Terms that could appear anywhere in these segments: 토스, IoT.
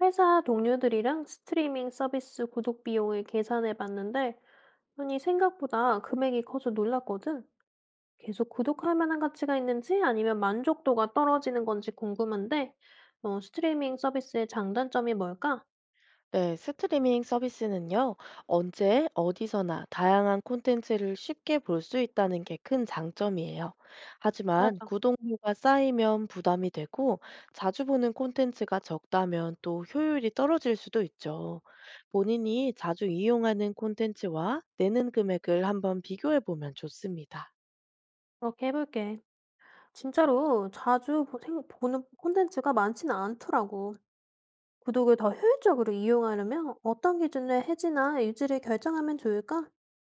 회사 동료들이랑 스트리밍 서비스 구독 비용을 계산해 봤는데, 아니, 생각보다 금액이 커서 놀랐거든. 계속 구독할 만한 가치가 있는지 아니면 만족도가 떨어지는 건지 궁금한데, 스트리밍 서비스의 장단점이 뭘까? 네, 스트리밍 서비스는요, 언제, 어디서나 다양한 콘텐츠를 쉽게 볼 수 있다는 게 큰 장점이에요. 하지만 맞아. 구독료가 쌓이면 부담이 되고, 자주 보는 콘텐츠가 적다면 또 효율이 떨어질 수도 있죠. 본인이 자주 이용하는 콘텐츠와 내는 금액을 한번 비교해 보면 좋습니다. 그렇게 해볼게. 진짜로 보는 콘텐츠가 많지는 않더라고. 구독을 더 효율적으로 이용하려면 어떤 기준으로 해지나 유지를 결정하면 좋을까?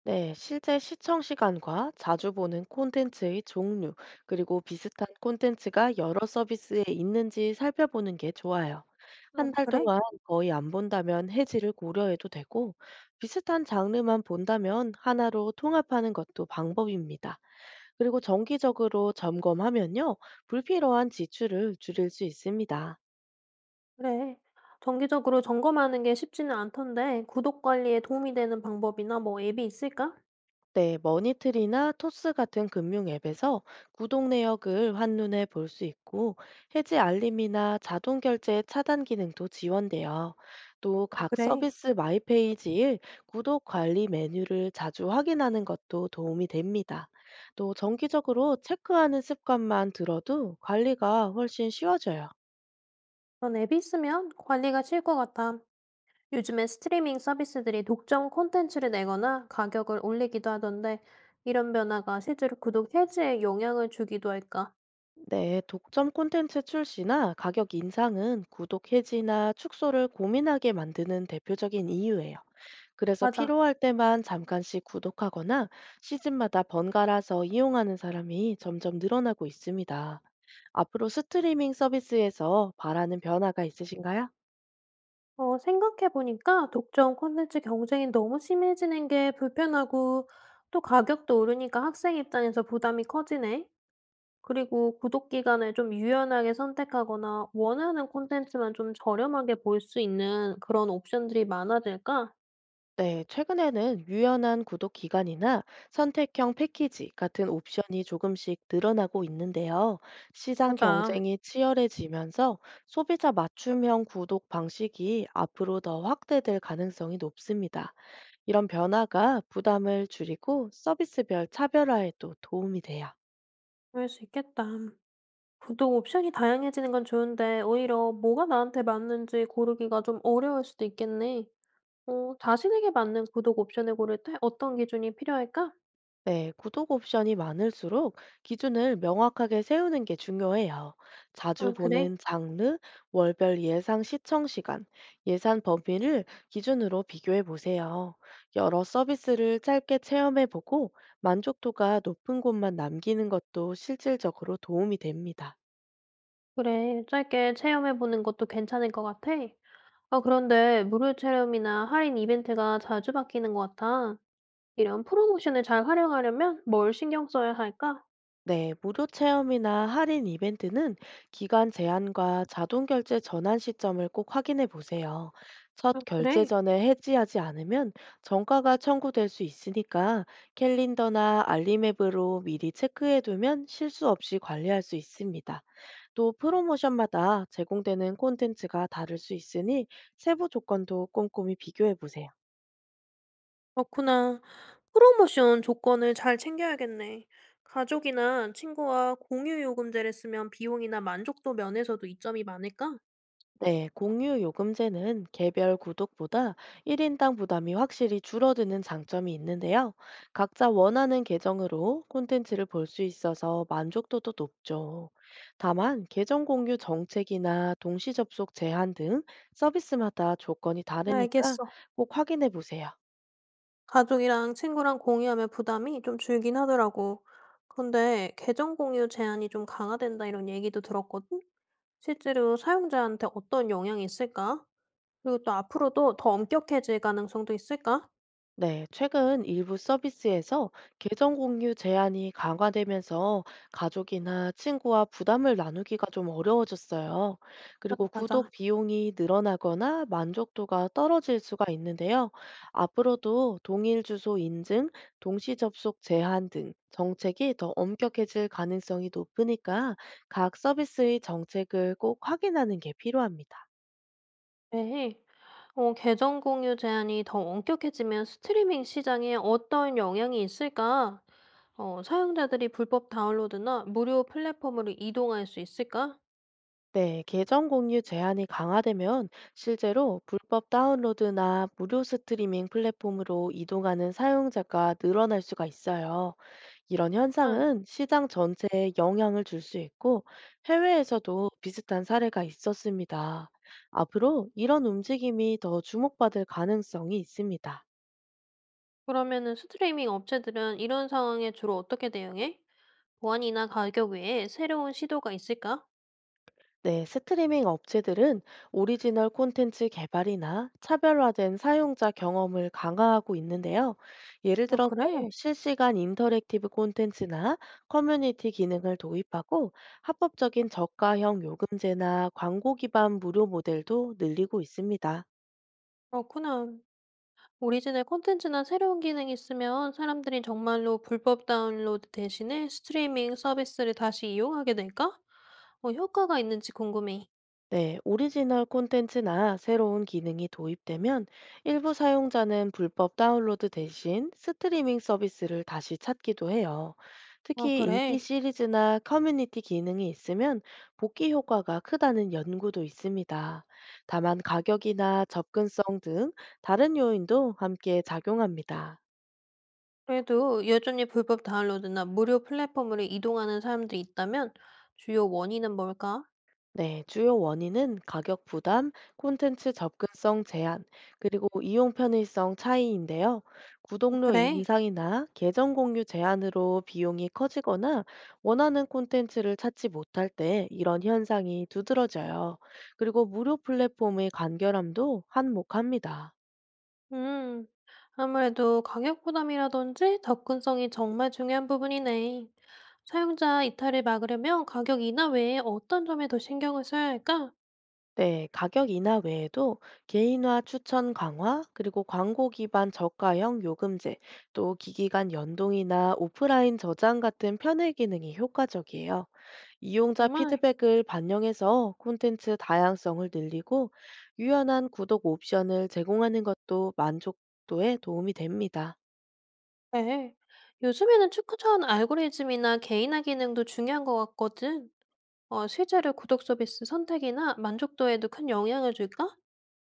네, 실제 시청 시간과 자주 보는 콘텐츠의 종류, 그리고 비슷한 콘텐츠가 여러 서비스에 있는지 살펴보는 게 좋아요. 아, 한 달 그래? 동안 거의 안 본다면 해지를 고려해도 되고, 비슷한 장르만 본다면 하나로 통합하는 것도 방법입니다. 그리고 정기적으로 점검하면요, 불필요한 지출을 줄일 수 있습니다. 그래. 정기적으로 점검하는 게 쉽지는 않던데, 구독 관리에 도움이 되는 방법이나 뭐 앱이 있을까? 네, 머니트리나 토스 같은 금융 앱에서 구독 내역을 한눈에 볼 수 있고, 해지 알림이나 자동 결제 차단 기능도 지원돼요. 또 각 그래. 서비스 마이 페이지일 구독 관리 메뉴를 자주 확인하는 것도 도움이 됩니다. 또 정기적으로 체크하는 습관만 들어도 관리가 훨씬 쉬워져요. 그런 앱이 있으면 관리가 쉬울 것 같아. 요즘에 스트리밍 서비스들이 독점 콘텐츠를 내거나 가격을 올리기도 하던데, 이런 변화가 실제로 구독 해지에 영향을 주기도 할까? 네, 독점 콘텐츠 출시나 가격 인상은 구독 해지나 축소를 고민하게 만드는 대표적인 이유예요. 그래서 맞아. 필요할 때만 잠깐씩 구독하거나 시즌마다 번갈아서 이용하는 사람이 점점 늘어나고 있습니다. 앞으로 스트리밍 서비스에서 바라는 변화가 있으신가요? 생각해보니까 독점 콘텐츠 경쟁이 너무 심해지는 게 불편하고, 또 가격도 오르니까 학생 입장에서 부담이 커지네. 그리고 구독 기간을 좀 유연하게 선택하거나 원하는 콘텐츠만 좀 저렴하게 볼 수 있는 그런 옵션들이 많아질까? 네, 최근에는 유연한 구독 기간이나 선택형 패키지 같은 옵션이 조금씩 늘어나고 있는데요. 시장 맞아. 경쟁이 치열해지면서 소비자 맞춤형 구독 방식이 앞으로 더 확대될 가능성이 높습니다. 이런 변화가 부담을 줄이고 서비스별 차별화에도 도움이 돼요. 그럴 수 있겠다. 구독 옵션이 다양해지는 건 좋은데 오히려 뭐가 나한테 맞는지 고르기가 좀 어려울 수도 있겠네. 자신에게 맞는 구독 옵션을 고를 때 어떤 기준이 필요할까? 네, 구독 옵션이 많을수록 기준을 명확하게 세우는 게 중요해요. 자주 아, 그래? 보는 장르, 월별 예상 시청 시간, 예산 범위를 기준으로 비교해 보세요. 여러 서비스를 짧게 체험해 보고 만족도가 높은 곳만 남기는 것도 실질적으로 도움이 됩니다. 그래. 짧게 체험해보는 것도 괜찮을 것 같아. 아, 그런데 무료 체험이나 할인 이벤트가 자주 바뀌는 것 같아. 이런 프로모션을 잘 활용하려면 뭘 신경 써야 할까? 네, 무료 체험이나 할인 이벤트는 기간 제한과 자동 결제 전환 시점을 꼭 확인해 보세요. 첫 아, 결제 그래? 전에 해지하지 않으면 정가가 청구될 수 있으니까 캘린더나 알림앱으로 미리 체크해 두면 실수 없이 관리할 수 있습니다. 또 프로모션마다 제공되는 콘텐츠가 다를 수 있으니 세부 조건도 꼼꼼히 비교해 보세요. 그렇구나. 프로모션 조건을 잘 챙겨야겠네. 가족이나 친구와 공유 요금제를 쓰면 비용이나 만족도 면에서도 이점이 많을까? 네, 공유 요금제는 개별 구독보다 1인당 부담이 확실히 줄어드는 장점이 있는데요. 각자 원하는 계정으로 콘텐츠를 볼 수 있어서 만족도도 높죠. 다만, 계정 공유 정책이나 동시 접속 제한 등 서비스마다 조건이 다르니까 알겠어. 꼭 확인해 보세요. 가족이랑 친구랑 공유하면 부담이 좀 줄긴 하더라고. 근데 계정 공유 제한이 좀 강화된다 이런 얘기도 들었거든? 실제로 사용자한테 어떤 영향이 있을까? 그리고 또 앞으로도 더 엄격해질 가능성도 있을까? 네, 최근 일부 서비스에서 계정 공유 제한이 강화되면서 가족이나 친구와 부담을 나누기가 좀 어려워졌어요. 아, 그리고 구독 맞아. 비용이 늘어나거나 만족도가 떨어질 수가 있는데요. 앞으로도 동일 주소 인증, 동시 접속 제한 등 정책이 더 엄격해질 가능성이 높으니까 각 서비스의 정책을 꼭 확인하는 게 필요합니다. 네. 계정 공유 제한이 더 엄격해지면 스트리밍 시장에 어떤 영향이 있을까? 사용자들이 불법 다운로드나 무료 플랫폼으로 이동할 수 있을까? 네, 계정 공유 제한이 강화되면 실제로 불법 다운로드나 무료 스트리밍 플랫폼으로 이동하는 사용자가 늘어날 수가 있어요. 이런 아, 현상은 시장 전체에 영향을 줄 수 있고 해외에서도 비슷한 사례가 있었습니다. 앞으로 이런 움직임이 더 주목받을 가능성이 있습니다. 그러면은 스트리밍 업체들은 이런 상황에 주로 어떻게 대응해? 보안이나 가격 외에 새로운 시도가 있을까? 네, 스트리밍 업체들은 오리지널 콘텐츠 개발이나 차별화된 사용자 경험을 강화하고 있는데요. 예를 아, 들어서 그래? 실시간 인터랙티브 콘텐츠나 커뮤니티 기능을 도입하고 합법적인 저가형 요금제나 광고 기반 무료 모델도 늘리고 있습니다. 그렇구나. 오리지널 콘텐츠나 새로운 기능이 있으면 사람들이 정말로 불법 다운로드 대신에 스트리밍 서비스를 다시 이용하게 될까? 효과가 있는지 궁금해. 네, 오리지널 콘텐츠나 새로운 기능이 도입되면 일부 사용자는 불법 다운로드 대신 스트리밍 서비스를 다시 찾기도 해요. 아, 특히 인기 그래. 시리즈나 커뮤니티 기능이 있으면 복귀 효과가 크다는 연구도 있습니다. 다만 가격이나 접근성 등 다른 요인도 함께 작용합니다. 그래도 여전히 불법 다운로드나 무료 플랫폼으로 이동하는 사람들이 있다면 주요 원인은 뭘까? 네, 주요 원인은 가격 부담, 콘텐츠 접근성 제한, 그리고 이용 편의성 차이인데요. 구독료 그래. 인상이나 계정 공유 제한으로 비용이 커지거나 원하는 콘텐츠를 찾지 못할 때 이런 현상이 두드러져요. 그리고 무료 플랫폼의 간결함도 한몫합니다. 음, 아무래도 가격 부담이라든지 접근성이 정말 중요한 부분이네. 사용자 이탈을 막으려면 가격 인하 외에 어떤 점에 더 신경을 써야 할까? 네, 가격 인하 외에도 개인화 추천 강화, 그리고 광고 기반 저가형 요금제, 또 기기 간 연동이나 오프라인 저장 같은 편의 기능이 효과적이에요. 이용자 정말 피드백을 반영해서 콘텐츠 다양성을 늘리고 유연한 구독 옵션을 제공하는 것도 만족도에 도움이 됩니다. 네. 요즘에는 추천 알고리즘이나 개인화 기능도 중요한 것 같거든. 실제로 구독 서비스 선택이나 만족도에도 큰 영향을 줄까?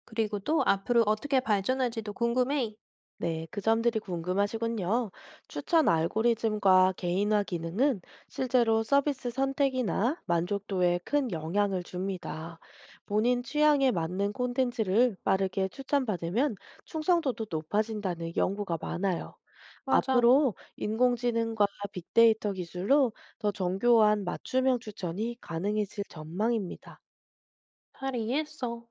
그리고 또 앞으로 어떻게 발전할지도 궁금해. 네, 그 점들이 궁금하시군요. 추천 알고리즘과 개인화 기능은 실제로 서비스 선택이나 만족도에 큰 영향을 줍니다. 본인 취향에 맞는 콘텐츠를 빠르게 추천받으면 충성도도 높아진다는 연구가 많아요. 맞아. 앞으로 인공지능과 빅데이터 기술로 더 정교한 맞춤형 추천이 가능해질 전망입니다. 잘 이해했어.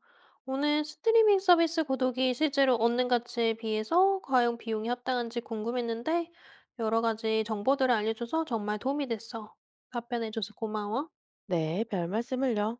오늘 스트리밍 서비스 구독이 실제로 얻는 가치에 비해서 과연 비용이 합당한지 궁금했는데 여러 가지 정보들을 알려줘서 정말 도움이 됐어. 답변해줘서 고마워. 네, 별 말씀을요.